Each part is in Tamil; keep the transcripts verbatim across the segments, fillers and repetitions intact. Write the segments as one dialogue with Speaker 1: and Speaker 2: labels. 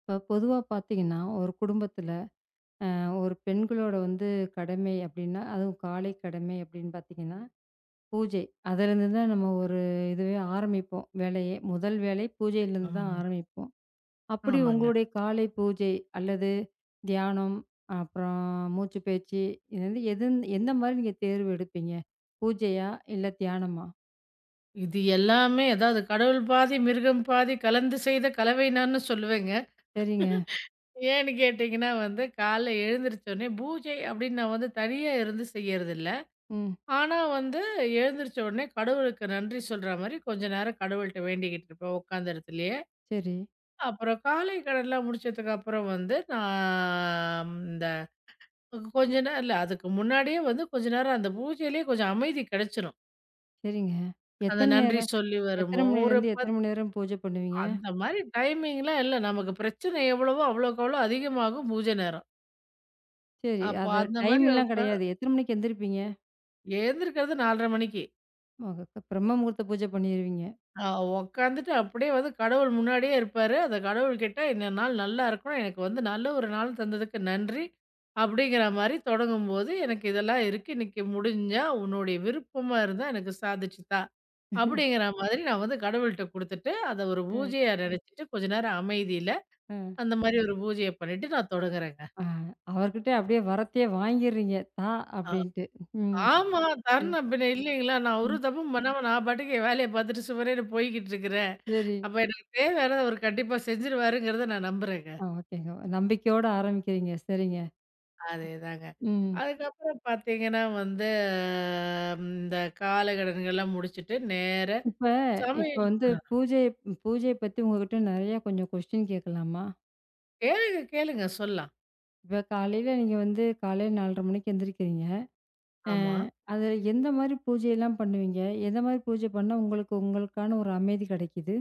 Speaker 1: இப்போ பொதுவாக பார்த்தீங்கன்னா, ஒரு குடும்பத்தில அ ஒரு பெண்களோட வந்து கடமை அப்படின்னா, அதுவும் காலை கடமை அப்படின்னு பார்த்தீங்கன்னா, பூஜை. அதிலிருந்து தான் நம்ம ஒரு இதுவே ஆரம்பிப்போம் வேலையே. முதல் வேலை பூஜையிலிருந்து தான்
Speaker 2: ஆமா.
Speaker 1: ஆரம்பிப்போம். அப்படி
Speaker 2: ஆமாங்க.
Speaker 1: உங்களுடைய காலை பூஜை அல்லது தியானம், அப்புறம் மூச்சு பயிற்சி இது வந்து எதுன் எந்த மாரி நீங்க தேர்வு எடுப்பீங்க? பூஜையா? இல்ல தியானமா?
Speaker 2: இது எல்லாமே அதாவது கடவுள் பாதி, மிருகம் பாதி கலந்து செய்த கலவை நான்னு சொல்லுவேங்க.
Speaker 1: சரிங்க.
Speaker 2: ஏன்னு கேட்டீங்கன்னா வந்து, காலைல எழுந்திரிச்ச உடனே பூஜை அப்படின்னு நான் வந்து தனியா இருந்து செய்யறதில்ல.
Speaker 1: ம்.
Speaker 2: ஆனா வந்து எழுந்திரிச்ச உடனே கடவுளுக்கு நன்றி சொல்ற மாரி கொஞ்ச நேரம் கடவுள்ட்ட வேண்டிக்கிட்டு இருப்பேன் உட்காந்த இடத்துலயே.
Speaker 1: சரி.
Speaker 2: அப்புறம் காலை கடன்லாம் முடிச்சதுக்கு அப்புறம் வந்து நான் இந்த கொஞ்ச நேரம் இல்ல அதுக்கு முன்னாடியே வந்து கொஞ்ச நேரம் அந்த பூஜையிலேயே கொஞ்சம் அமைதி கிடைச்சிரும்.
Speaker 1: சரிங்க.
Speaker 2: அந்த
Speaker 1: எத்தன
Speaker 2: நன்றி
Speaker 1: நேரம்?
Speaker 2: சொல்லி வரும்போ
Speaker 1: எத்தன
Speaker 2: ஒரு
Speaker 1: மணிலேருந்து எத்தன
Speaker 2: பத்து
Speaker 1: மணி நேரம் பூஜை பண்ணுவீங்க?
Speaker 2: அந்த மாரி டைமிங்லாம் இல்ல. நமக்கு பிரச்சனை எவ்வளவோ அவ்வளோக்கு அவ்வளோ அதிகமாகும் பூஜை நேரம்.
Speaker 1: சரி.
Speaker 2: அப்போ
Speaker 1: அது
Speaker 2: அந்த மாரி
Speaker 1: டைம்லாம்
Speaker 2: உக்கா
Speaker 1: கிடையாது. எத்தன மணிக்கு எந்திரிப்பீங்க?
Speaker 2: எழுந்திருக்கிறது நாலரை மணிக்கு.
Speaker 1: மக பிரம்ம முகூர்த்த பூஜை பண்ணிருவீங்க.
Speaker 2: அ உக்காந்துட்டு அப்படியே வந்து கடவுள் முன்னாடியே இருப்பாரு. அந்த கடவுள்கிட்ட இந்த நாள் நல்லா இருக்கணும். எனக்கு வந்து நல்ல ஒரு நாள் தந்ததுக்கு நன்றி. அப்படிங்கிற மாரி தொடங்கும்போது, எனக்கு இதெல்லாம் இருக்கு. இன்னைக்கு முடிஞ்சா உன்னுடைய விருப்பமா இருந்தா எனக்கு சாதிச்சு தா. அப்படிங்கிற மாதிரி நான் வந்து கடவுள்ட்ட குடுத்துட்டு, அத ஒரு
Speaker 1: ம்.
Speaker 2: பூஜையா நினைச்சுட்டு கொஞ்ச நேரம் அமைதியில
Speaker 1: ம்.
Speaker 2: அந்த மாரி ஒரு பூஜைய பண்ணிட்டு நான் தொடங்குறேங்க.
Speaker 1: ஆ, அவர்கிட்ட அப்படியே வரத்தையே வாங்கிர்றீங்க. தா அப்படின்ட்டு. ம்.
Speaker 2: ஆமா.
Speaker 1: சரி.
Speaker 2: தரணும் பின்ன இல்லைங்களா? நான் ஒரு
Speaker 1: ம்.
Speaker 2: தப்பும் பண்ணாம நான் பாட்டுக்கு என் வேலைய பார்த்துட்டு சுவரேன்னு போய்க்கிட்டு இருக்கிறேன்.
Speaker 1: சரி.
Speaker 2: அப்ப எனக்கு தேவையானத அவரு கண்டிப்பா செஞ்சுருவாருங்கிறத நான் நம்புறேங்க.
Speaker 1: ஆ, ஓகேங்க. நம்பிக்கையோட ஆரம்பிக்கிறீங்க. சரிங்க.
Speaker 2: அதேதாங்க.
Speaker 1: ம்.
Speaker 2: அதுக்கப்புறம் பார்த்தீங்கன்னா வந்து ம் இந்த காலை கடன்கள்லாம் முடிச்சுட்டு நேரா
Speaker 1: இப்ப இப்ப
Speaker 2: சமையல்
Speaker 1: வந்து
Speaker 2: ஆ
Speaker 1: பூஜை பூஜைய பத்தி உங்ககிட்ட நெறைய கொஞ்சம் கொஸ்டின் கேட்கலாமா?
Speaker 2: கேளுங்க, கேளுங்க சொல்லாம்.
Speaker 1: இப்ப காலையில நீங்க வந்து காலையில நாலரை மணிக்கு எந்திரிக்கிறீங்க. அ
Speaker 2: ஆமா.
Speaker 1: அதுல எந்த மாரி பூஜையெல்லாம் பண்ணுவீங்க? எந்த மாரி பூஜை பண்ணா உங்களுக்கு உங்களுக்கான ஒரு அமைதி கிடைக்குது?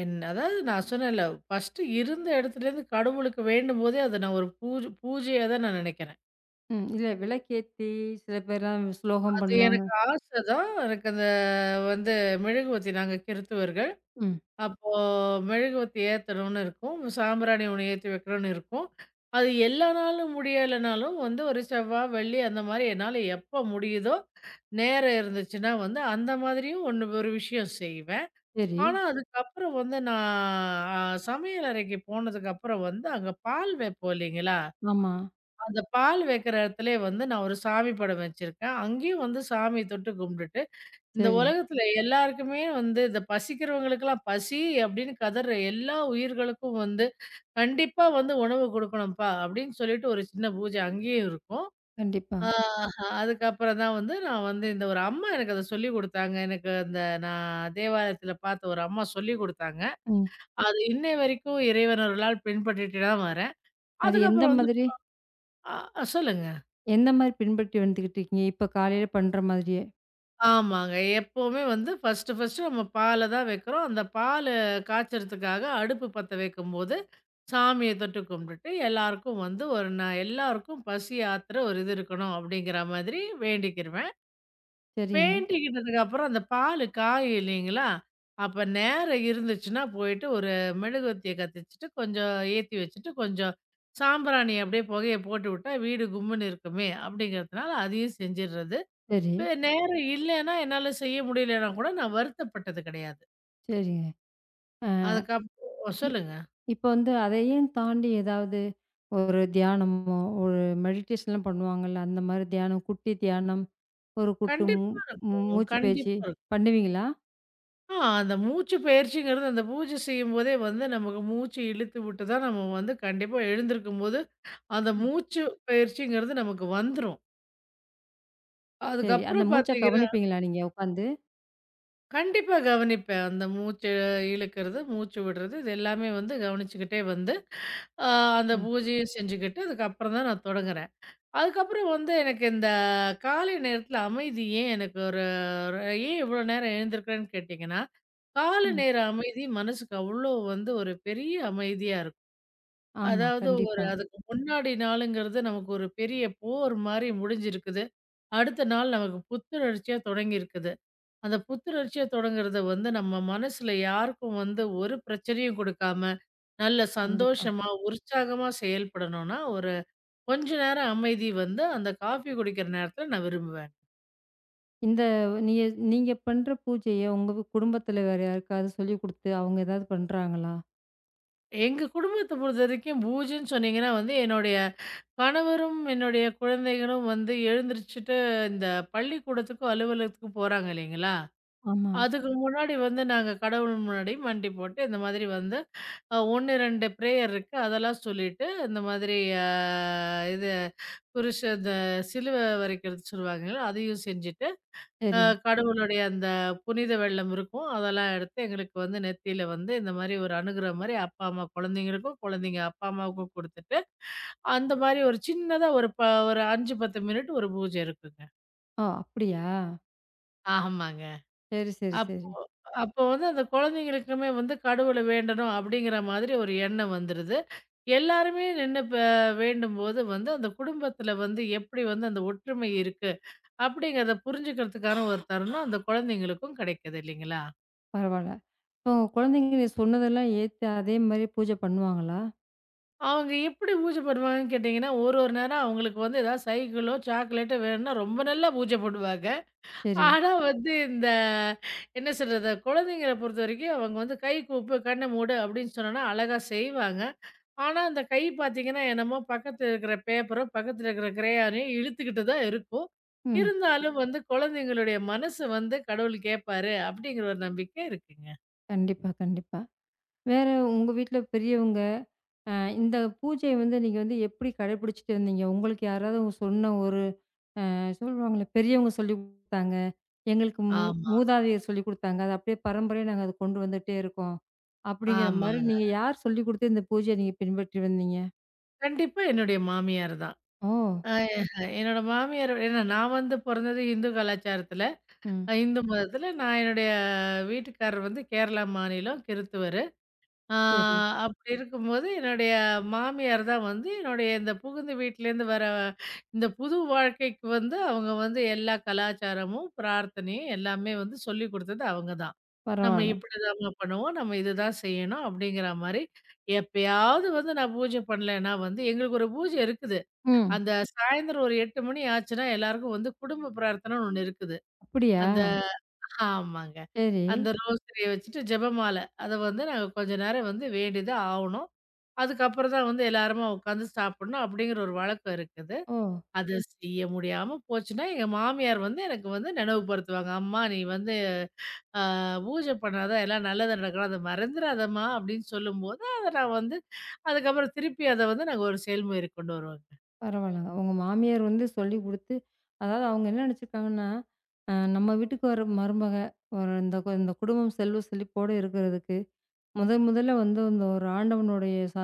Speaker 2: என் அதாவது நான் சொன்னேன்ல, ஃபர்ஸ்ட்டு இருந்த இடத்துலேருந்து கடவுளுக்கு வேண்டும்போதே அத நான் ஒரு பூஜ பூஜையா தான் நான் நினைக்கிறேன்.
Speaker 1: ம். இல்ல விளக்கேத்தி சில பேர்லாம் ஸ்லோகம்
Speaker 2: அது
Speaker 1: பண்ணுவாங்க.
Speaker 2: எனக்கு ஆசை தான். எனக்கு அந்த வந்து மெழுகுவர்த்தி நாங்க கிறித்துவர்கள்.
Speaker 1: ம்.
Speaker 2: அப்போ மெழுகுவர்த்தி ஏத்தணும்னு இருக்கும். சாம்பிராணி ஒண்ணு ஏத்தி வைக்கணும்னு இருக்கும். அது எல்லா நாளும் முடியலைனாலும் வந்து ஒரு செவ்வா, வெள்ளி அந்த மாரி என்னால எப்ப முடியுதோ, நேரம் இருந்துச்சுன்னா வந்து அந்த மாதிரியும் ஒண்ணு ஒரு விஷயம் செய்வேன்.
Speaker 1: சரி.
Speaker 2: ஆனா, அதுக்கப்புறம் வந்து நான் அ சமையல் அறைக்கு போனதுக்கப்புறம் வந்து அங்க பால் வைப்போம் இல்லைங்களா?
Speaker 1: ஆமா.
Speaker 2: அந்த பால் வைக்கிற இடத்துலயே வந்து நான் ஒரு சாமி படம் வச்சிருக்கேன். அங்கேயும் வந்து சாமி தொட்டு கும்பிட்டுட்டு இந்த
Speaker 1: சரி.
Speaker 2: உலகத்துல எல்லாருக்குமே வந்து இந்த பசிக்கிறவங்களுக்கெல்லாம் பசி அப்படின்னு கதற எல்லா உயிர்களுக்கும் வந்து கண்டிப்பா வந்து உணவு கொடுக்கணும்ப்பா அப்படின்னு சொல்லிட்டு ஒரு சின்ன பூஜை அங்கேயும் இருக்கும்.
Speaker 1: கண்டிப்பா.
Speaker 2: ஆ அதுக்கப்புறம் தான் வந்து நான் வந்து இந்த ஒரு அம்மா எனக்கு அத சொல்லிக் குடுத்தாங்க. எனக்கு அந்த நான் தேவாலயத்துல பார்த்த ஒரு அம்மா சொல்லிக் குடுத்தாங்க.
Speaker 1: ம்.
Speaker 2: அது இன்னை வரைக்கும் இறைவன் அருளால் பின்பற்றிட்டு தான் வரேன்.
Speaker 1: அது எந்த
Speaker 2: அதுக்கப்புறம் வந்து
Speaker 1: மாதிரி
Speaker 2: அ சொல்லுங்க.
Speaker 1: எந்த மாரி பின்பற்றி வந்துகிட்டுருக்கீங்க? இப்ப காலையில பண்ற மாதிரியே?
Speaker 2: ஆமாங்க. எப்பவுமே வந்து ஃபர்ஸ்ட்டு, ஃபர்ஸ்ட்டு நம்ம பால தான் வைக்கிறோம். அந்த பாலு காய்ச்சறதுக்காக அடுப்பு பத்த வைக்கும்போது, சாமிய தொட்டு கும்பிட்டுட்டு, எல்லாருக்கும் வந்து ஒரு ந எல்லாருக்கும் பசி ஆத்துற ஒரு இது இருக்கணும் அப்படிங்கிற மாதிரி வேண்டிக்கிருவேன்.
Speaker 1: சரிங்க.
Speaker 2: வேண்டிக்கிட்டதுக்கு அப்புறம் அந்த பாலு காயும் இல்லைங்களா? அப்ப நேரம் இருந்துச்சுன்னா போயிட்டு ஒரு மெழுகுவர்த்திய கத்திச்சுட்டு, கொஞ்சம் ஏத்தி வச்சுட்டு, கொஞ்சம் சாம்பிராணி அப்படியே புகைய போட்டுவிட்டா வீடு கும்முன்னு இருக்குமே அப்படிங்கிறதுனால அதையும் செஞ்சிடுறது.
Speaker 1: சரி,
Speaker 2: வே நேரம் இல்லன்னா, என்னால செய்ய முடியலன்னா கூட நான் வருத்தப்பட்டது கிடையாது.
Speaker 1: சரிங்க. அ
Speaker 2: அதுக்கப்புறம்
Speaker 1: இ
Speaker 2: சொல்லுங்க.
Speaker 1: இப்ப வந்து அதையும் தாண்டி ஏதாவது ஒரு தியானமோ, ஒரு மெடிடேஷன்லாம் பண்ணுவாங்கல்ல, அந்த மாரி தியானம், குட்டி தியானம், ஒரு குட்டு மூ
Speaker 2: கண்டிப்பா இருக்கும்.
Speaker 1: மூச்சு பயிற்சி
Speaker 2: கண்டிப்பா இருக்கும்.
Speaker 1: பண்ணுவீங்களா?
Speaker 2: ஆ அந்த மூச்சு பயிற்சிங்கிறது, அந்த பூஜை செய்யும்போதே வந்து நமக்கு மூச்சு இழுத்து விட்டு தான் நம்ம வந்து கண்டிப்பா எழுந்திருக்கும்போது, அந்த
Speaker 1: ம்.
Speaker 2: மூச்சு பயிற்சிங்கிறது நமக்கு வந்துரும்.
Speaker 1: சரி. அந்த
Speaker 2: அதுக்கப்புறம்
Speaker 1: மூச்ச
Speaker 2: பார்த்தீங்கன்னா
Speaker 1: கவனிப்பீங்களா நீங்க உட்காந்து?
Speaker 2: கண்டிப்பா கவனிப்பேன். அந்த மூச்சு இழுக்கிறது, மூச்சு விடுறது இது எல்லாமே வந்து கவனிச்சுக்கிட்டே வந்து, அ அந்த
Speaker 1: ம்,
Speaker 2: பூஜையும் செஞ்சுக்கிட்டு, அதுக்கப்புறம் தான் நான் தொடங்குறேன். அதுக்கப்புறம் வந்து எனக்கு இந்த காலை நேரத்துல அமைதி ஏன் எனக்கு ஒரு ஒரு ஏன் இவ்வளோ நேரம் எழுந்திருக்கிறேன்னு கேட்டிங்கன்னா, காலை
Speaker 1: ம்.
Speaker 2: நேர அமைதி மனசுக்கு அவ்வளோ வந்து ஒரு பெரிய அமைதியா இருக்கும்.
Speaker 1: ஆமா.
Speaker 2: அதாவது ஒரு
Speaker 1: கண்டிப்பா.
Speaker 2: அதுக்கு முன்னாடி நாளுங்கிறது நமக்கு ஒரு பெரிய போர் மாரி முடிஞ்சிருக்குது. அடுத்த நாள் நமக்கு புத்துணர்ச்சியா தொடங்கியிருக்குது. அந்த புத்துணர்ச்சியா தொடங்குறத வந்து நம்ம மனசுல யாருக்கும் வந்து ஒரு பிரச்சனையும் குடுக்காம, நல்ல
Speaker 1: கண்டிப்பா.
Speaker 2: சந்தோஷமா, உற்சாகமா செயல்படணும்னா ஒரு கொஞ்ச நேரம் அமைதி வந்து, அந்த காஃபி குடிக்கிற நேரத்தில நான் விரும்புவேன்.
Speaker 1: இந்த நீங்க நீங்க பண்ற பூஜைய உங்க குடும்பத்துல வேற யாருக்காவது சொல்லிக் குடுத்து, அவங்க ஏதாவது பண்றாங்களா?
Speaker 2: எங்க குடும்பத்த பொறுத்தவரைக்கும் பூஜைன்னு சொன்னீங்கன்னா வந்து, என்னுடைய கணவரும், என்னுடைய குழந்தைகளும் வந்து எழுந்திரிச்சுட்டு இந்த பள்ளிக்கூடத்துக்கும், அலுவலகத்துக்கும் போறாங்க இல்லைங்களா?
Speaker 1: ஆமா.
Speaker 2: அதுக்கு முன்னாடி வந்து நாங்க கடவுள் முன்னாடி மண்டி போட்டு, இந்த மாதிரி வந்து அ ஒரு, ரெண்டு பிரேயர் இருக்கு. அதெல்லாம் சொல்லிட்டு, இந்த மாதிரி அ இது குருஷ இந்த சிலுவை வரைக்கிறது சொல்லுவாங்கல்ல, அதையும் செஞ்சுட்டு அ
Speaker 1: சரி.
Speaker 2: கடவுளுடைய அந்த புனித வெள்ளம் இருக்கும். அதெல்லாம் எடுத்து எங்களுக்கு வந்து நெத்தியில வந்து இந்த மாரி ஒரு அணுகுற மாரி அப்பா, அம்மா குழந்தைங்களுக்கும், குழந்தைங்க அப்பா, அம்மாவுக்கும் குடுத்துட்டு, அந்த மாரி ஒரு சின்னதா ஒரு ப ஒரு அஞ்சு, பத்து மினிட் ஒரு பூஜை இருக்குங்க.
Speaker 1: ஓ! அப்படியா?
Speaker 2: ஆமாங்க.
Speaker 1: சரி, சரி,
Speaker 2: அப்போ
Speaker 1: சரி.
Speaker 2: அப்போ வந்து அந்த குழந்தைங்களுக்குமே வந்து கடவுள வேண்டணும் அப்படிங்கிற மாதிரி ஒரு எண்ணம் வந்துருது. எல்லாருமே நின்னு ப வேண்டும்போது வந்து அந்த குடும்பத்துல வந்து எப்படி வந்து அந்த ஒற்றுமை இருக்கு அப்படிங்கிறத புரிஞ்சுக்கிறதுக்கான ஒரு தருணம் அந்த குழந்தைங்களுக்கும் கிடைக்குது இல்லைங்களா?
Speaker 1: பரவால்ல. இப்போ உங்க குழந்தைங்க நீ சொன்னதெல்லாம் ஏத்து அதே மாரி பூஜை பண்ணுவாங்களா?
Speaker 2: அவங்க எப்படி பூஜை பண்ணுவாங்கன்னு கேட்டிங்கன்னா, ஒரு ஒரு நேரம் அவங்களுக்கு வந்து ஏதாவது சைக்கிளோ, சாக்லேட்டோ வேணும்னா ரொம்ப நல்லா பூஜை பண்ணுவாங்க.
Speaker 1: சரி.
Speaker 2: ஆனா வந்து இந்த என்ன சொல்றது? குழந்தைங்கள பொறுத்தவரைக்கும் அவங்க வந்து கை கூப்பு, கண்ண மூடு அப்படின்னு சொன்னோம்னா அழகா செய்வாங்க. ஆனா அந்த கை பார்த்தீங்கன்னா, என்னமோ பக்கத்துல இருக்கிற பேப்பரோ, பக்கத்துல இருக்கிற கிரயானையும் இழுத்துக்கிட்டு தான் இருக்கும்.
Speaker 1: ம்.
Speaker 2: இருந்தாலும் வந்து குழந்தைங்களுடைய மனசு வந்து கடவுள் கேட்பாரு அப்படிங்கிற ஒரு நம்பிக்கை இருக்குங்க.
Speaker 1: கண்டிப்பா, கண்டிப்பா. வேற உங்க வீட்ல பெரியவங்க, அ இந்த பூஜைய வந்து நீங்க வந்து எப்படி கடைபிடிச்சுட்டு வந்தீங்க? உங்களுக்கு யாராவது உங்க சொன்ன ஒரு சொல்லுவாங்கல்ல, பெரியவங்க சொல்லிக் குடுத்தாங்க. எங்களுக்கு மூ
Speaker 2: ஆமா,
Speaker 1: மூதாதையர் சொல்லிக் குடுத்தாங்க. அது அப்படியே பரம்பரையா நாங்க அத கொண்டு வந்துட்டே இருக்கோம். அப்படிங்கிற மாரி
Speaker 2: ஆமாங்க.
Speaker 1: நீங்க யார் சொல்லிக் குடுத்து இந்த பூஜைய நீங்க பின்பற்றி வந்தீங்க?
Speaker 2: கண்டிப்பா என்னுடைய மாமியார் தான்.
Speaker 1: ஓ!
Speaker 2: அ என்னோட மாமியார் ஏன்னா நான் வந்து பொறந்தது இந்து கலாச்சாரத்தில,
Speaker 1: ம்.
Speaker 2: அ இந்து மதத்தில. நான் என்னுடைய வீட்டுக்காரர் வந்து கேரளா மாநிலம், கிறித்துவரு. ஆ
Speaker 1: சரி.
Speaker 2: அப்படி இருக்கும்போது என்னுடைய மாமியார் தான் வந்து என்னுடைய இந்த புகுந்த வீட்லேருந்து வர இந்த புது வாழ்க்கைக்கு வந்து அவங்க வந்து எல்லா கலாச்சாரமும், பிரார்த்தனையும் எல்லாமே வந்து சொல்லிக் குடுத்தது அவங்க தான். நம்ம
Speaker 1: பரவால்ல.
Speaker 2: இப்படிதாம்மா பண்ணுவோம், நம்ம இதுதான் செய்யணும் அப்படிங்கிற மாரி. எப்பயாவது வந்து நான் பூஜை பண்ணலன்னா வந்து எங்களுக்கு ஒரு பூஜை இருக்குது.
Speaker 1: ம்.
Speaker 2: அந்த சாயந்தரம் ஒரு எட்டு மணி ஆச்சுன்னா, எல்லாருக்கும் வந்து குடும்ப பிரார்த்தனைன்னு ஒண்ணு இருக்குது.
Speaker 1: அப்படியா?
Speaker 2: அந்த ஆமாங்க.
Speaker 1: சரி.
Speaker 2: அந்த ரோசரிய வச்சுட்டு ஜெபமால. அத வந்து நாங்க கொஞ்ச நேரம் வந்து வேண்டி தான் ஆவணும். அதுக்கப்புறம் தான் வந்து எல்லாருமா உட்காந்து சாப்பிடணும் அப்படிங்கிற ஒரு வழக்கம் இருக்குது.
Speaker 1: ஓ!
Speaker 2: அது செய்ய முடியாம போச்சுன்னா, எங்க மாமியார் வந்து எனக்கு வந்து நினைவுபடுத்துவாங்க. "அம்மா நீ வந்து அ பூஜை பண்ணாதான் எல்லாம் நல்லது நடக்கும். அத மறந்துறாதம்மா" அப்படின்னு சொல்லும்போது, அத நான் வந்து அதுக்கப்புறம் திருப்பி அத வந்து நாங்க ஒரு செயல்முறைக்கு கொண்டு வருவோங்க.
Speaker 1: பரவால்லங்க. உங்க மாமியார் வந்து சொல்லிக் குடுத்து அதாவது அவங்க என்ன நெனச்சிருக்காங்கன்னா, அ நம்ம வீட்டுக்கு வர மருமக ஒரு இந்த கு- இந்த குடும்பம் செல்வ செழிப்போட இருக்கிறதுக்கு முதல் முதல்ல வந்து இந்த ஒரு ஆண்டவனுடைய ச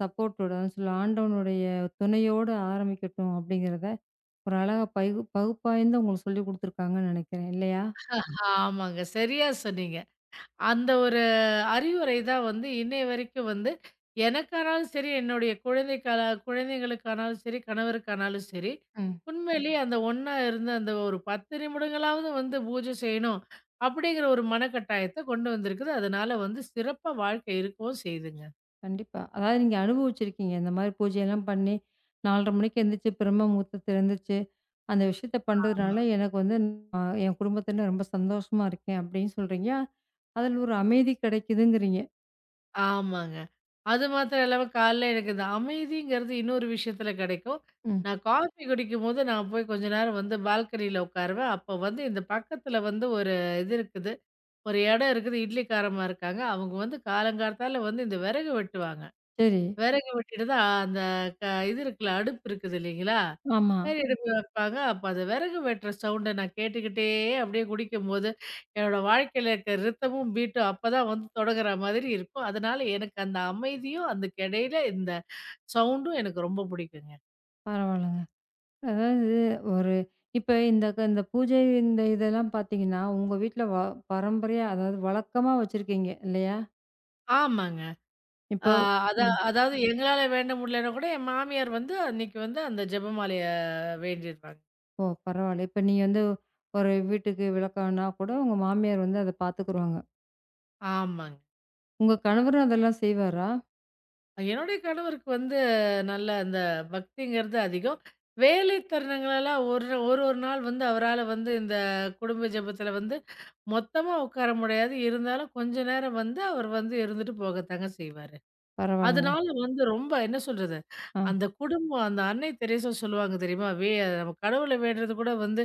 Speaker 1: சப்போர்ட்டோட அதான் சொல்ல ஆண்டவனுடைய துணையோட ஆரம்பிக்கட்டும் அப்படிங்கிறத ஒரு அழகா பகு பகுப்பாய்ந்து உங்களுக்கு சொல்லிக் குடுத்துருக்காங்கன்னு நினைக்கிறேன் இல்லையா?
Speaker 2: ஆமாங்க. சரியா சொன்னீங்க. அந்த ஒரு அறிவுரை தான் வந்து இன்னைய வரைக்கும் வந்து எனக்கானாலும் சரி, என்னுடைய குழந்தைக்கால குழந்தைகளுக்கானாலும் சரி, கணவருக்கானாலும் சரி,
Speaker 1: ம்.
Speaker 2: உண்மையிலேயே அந்த ஒண்ணா இருந்து அந்த ஒரு பத்து நிமிடங்களாவது வந்து பூஜை செய்யணும், அப்படிங்கிற ஒரு மனக்கட்டாயத்த கொண்டு வந்திருக்குது. அதனால வந்து சிறப்பா வாழ்க்கை இருக்கவும் செய்யுதுங்க.
Speaker 1: கண்டிப்பா. அதாவது நீங்க அனுபவிச்சிருக்கீங்க. இந்த மாரி பூஜையெல்லாம் பண்ணி நாலரை மணிக்கு எந்திரிச்சு பிரம்ம முகூர்த்தத்துல எந்திரிச்சு அந்த விஷயத்த
Speaker 2: ஆமா.
Speaker 1: பண்றதுனால எனக்கு வந்து அ என் குடும்பத்தில ரொம்ப சந்தோஷமா இருக்கேன் அப்படின்னு சொல்றீங்க. அதில ஒரு அமைதி கிடைக்குதுங்கிறீங்க.
Speaker 2: ஆமாங்க. அது மாத்திரம் இல்லாம காலைல எனக்கு இந்த அமைதிங்கிறது இன்னொரு விஷயத்துல கெடைக்கும்.
Speaker 1: ம்.
Speaker 2: நான் காஃபி குடிக்கும்போது நான் போய் கொஞ்ச நேரம் வந்து பால்கனியில உட்காருவேன். அப்ப வந்து இந்த பக்கத்துல வந்து ஒரு இது இருக்குது. ஒரு இடம் இருக்குது இட்லிக்காரம்மா இருக்காங்க. அவங்க வந்து காலங்காத்தால வந்து இந்த விறகு வெட்டுவாங்க.
Speaker 1: சரி.
Speaker 2: விறகு வெட்டிட்டு தான் அந்த க இது இருக்குல்ல, அடுப்பு இருக்குது இல்லைங்களா?
Speaker 1: ஆமா.
Speaker 2: சரி ம். அடுப்பு வைப்பாங்க. அப்ப அந்த விறகு வெட்டுற சவுண்ட நான் கேட்டுக்கிட்டே அப்படியே குடிக்கும்போது, என்னோட வாழ்க்கையில இருக்க ரித்தமும், பீட்டும் அப்பதான் வந்து தொடங்குற மாதிரி இருக்கும். அதனால எனக்கு அந்த அமைதியும், அதுக்கு இடையில இந்த சவுண்டும் எனக்கு ரொம்ப பிடிக்குங்க.
Speaker 1: பரவால்ல. அதாவது ஒரு இப்ப இந்த க இந்த பூஜை இந்த இதெல்லாம் பார்த்தீங்கன்னா, உங்க வீட்ல வ பரம்பரையா அதாவது வழக்கமா வச்சிருக்கீங்க இல்லையா?
Speaker 2: ஆமாங்க. அ
Speaker 1: இப்போ
Speaker 2: அதா
Speaker 1: ம்.
Speaker 2: அதாவது எங்களால வேண்ட முடியலன்னா கூட என் மாமியார் வந்து அன்னைக்கு வந்து அந்த ஜெபமாலைய வேண்டிருவாங்க.
Speaker 1: ஓ! பரவால்ல. இப்ப நீங்க வந்து ஒரு வீட்டுக்கு விளக்கம்னா கூட உங்க மாமியார் வந்து அத பார்த்துக்குருவாங்க.
Speaker 2: ஆமாங்க.
Speaker 1: உங்க கணவரும் அதெல்லாம் செய்வாரா?
Speaker 2: என்னுடைய கணவருக்கு வந்து நல்ல அந்த பக்திங்கிறது அதிகம். வேலை தருணங்களெல்லாம் ஒரு ஒரு ஒரு நாள் வந்து அவரால வந்து இந்த குடும்ப ஜெபத்தில வந்து மொத்தமா உட்கார முடியாது. இருந்தாலும் கொஞ்ச நேரம் வந்து அவர் வந்து இருந்துட்டு போகத்தாங்க செய்வாரு.
Speaker 1: பரவால்லங்க.
Speaker 2: அதனால வந்து ரொம்ப என்ன சொல்றது,
Speaker 1: ஆ,
Speaker 2: அந்த குடும்பம் அந்த அன்னை தெரசா சொல்லுவாங்க தெரியுமா? வே நம்ம கடவுள வேண்டுறது கூட வந்து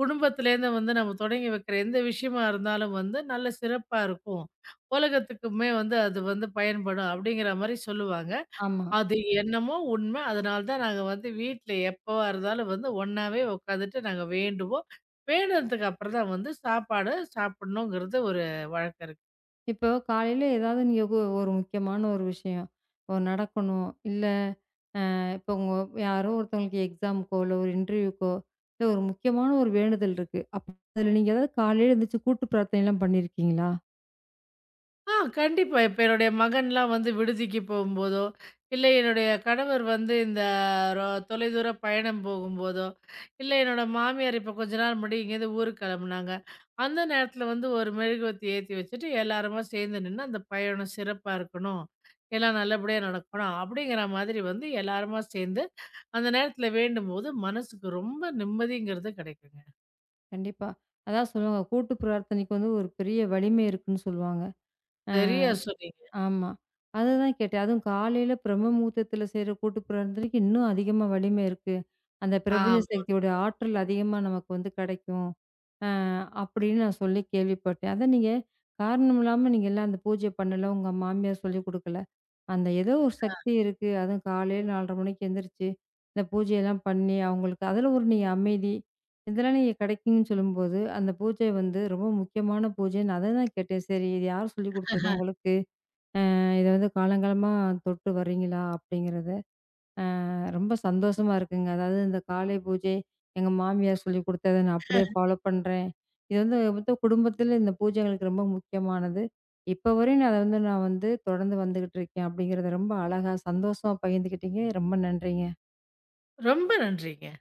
Speaker 2: குடும்பத்திலேருந்து வந்து நம்ம தொடங்கி வைக்கிற எந்த விஷயமா இருந்தாலும் வந்து நல்ல சிறப்பா இருக்கும். உலகத்துக்குமே வந்து அது வந்து பயன்படும் அப்படிங்கிற மாரி சொல்லுவாங்க.
Speaker 1: ஆமா.
Speaker 2: அது என்னமோ உண்மை. அதனால தான் நாங்க வந்து வீட்ல எப்பவா இருந்தாலும் வந்து ஒண்ணாவே உட்காந்துட்டு நாங்க வேண்டுவோம். வேண்டுனதுக்கு அப்புறம் தான் வந்து சாப்பாடு சாப்பிடணுங்கிறது ஒரு வழக்கம் இருக்கு.
Speaker 1: இப்போ காலையில ஏதாவது நீங்க கு ஒரு முக்கியமான ஒரு விஷயம். ஒ நடக்கணும், இல்ல இப்போ உங்க யாரோ ஒருத்தவங்களுக்கு எக்ஸாமுக்கோ, இல்ல ஒரு இன்டர்வியூக்கோ, இல்ல ஒரு முக்கியமான ஒரு வேண்டுதல் இருக்கு. அப்ப அதுல நீங்க ஏதாவது காலையில எழுந்திரிச்சு கூட்டு பிரார்த்தனைலாம் பண்ணியிருக்கீங்களா?
Speaker 2: ஆ கண்டிப்பா. இப்ப என்னுடைய மகன்லாம் வந்து விடுதிக்கு போகும்போதோ, இல்ல என்னுடைய கணவர் வந்து இந்த ரொ தொலைதூர பயணம் போகும்போதோ, இல்ல என்னோட மாமியார் இப்ப கொஞ்ச நாள் முன்னாடி இங்கேருந்து ஊருக்கு கெளம்புனாங்க. அந்த நேரத்துல வந்து ஒரு மெழுகுவர்த்தி ஏத்தி வச்சுட்டு எல்லாருமா சேர்ந்து நின்னு, அந்த பயணம் சிறப்பா இருக்கணும். எல்லாம் நல்லபடியா நடக்கணும். அப்படிங்கிற மாதிரி வந்து எல்லாருமா சேர்ந்து, அந்த நேரத்துல வேண்டும்போது மனசுக்கு ரொம்ப நிம்மதிங்கிறது கெடைக்குங்க.
Speaker 1: கண்டிப்பா. அதான் சொல்லுவாங்க, கூட்டு பிரார்த்தனைக்கு வந்து ஒரு பெரிய வலிமை இருக்குன்னு சொல்லுவாங்க. அ
Speaker 2: சரியா சொன்னீங்க.
Speaker 1: ஆமா. அதுதான் கேட்டேன். அதுவும் காலையில பிரம்ம முகூர்த்தத்துல செய்ற கூட்டு பிரார்த்தனைக்கு இன்னும் அதிகமா வலிமை இருக்கு. அந்த பிரபஞ்ச
Speaker 2: ஆமா.
Speaker 1: சக்தியோட ஆற்றல் அதிகமா நமக்கு வந்து கிடைக்கும். அ அப்படின்னு நான் சொல்லி கேள்விப்பட்டேன். அத நீங்க காரணம் இல்லாம நீங்க எல்லாம் அந்த பூஜை பண்ணல. உங்க மாமியார் சொல்லிக் குடுக்கல. அந்த ஏதோ ஒரு சக்தி இருக்கு. அதுவும் காலையில நாலரை மணிக்கு எந்திரிச்சு, இந்த பூஜையெல்லாம் பண்ணி அவங்களுக்கு அதில ஒரு நீ அமைதி, இதெல்லாம் நீங்க கிடைக்கும்ன்னு சொல்லும்போது, அந்த பூஜை வந்து ரொம்ப முக்கியமான பூஜைன்னு அத தான் கேட்டேன். சரி இது யார் சொல்லிக் குடுத்தது உங்களுக்கு? அ இத வந்து காலங்காலமா தொட்டு வர்றீங்களா? அப்படிங்கிறத. ரொம்ப சந்தோஷமா இருக்குங்க. அதாவது இந்த காலை பூஜை, எங்க மாமியார் சொல்லிக் குடுத்தத நான் அப்படியே ஃபாலோ பண்றேன். இது வந்து மொத்தம் குடும்பத்தில இந்த பூஜை எங்களுக்கு ரொம்ப முக்கியமானது. இப்ப வரையும் நான் அத வந்து நான் வந்து தொடர்ந்து வந்துகிட்டு இருக்கேன் அப்படிங்கிறத ரொம்ப அழகா, சந்தோஷமா பகிர்ந்துக்கிட்டீங்க. ரொம்ப நன்றிங்க.
Speaker 2: ரொம்ப நன்றிங்க.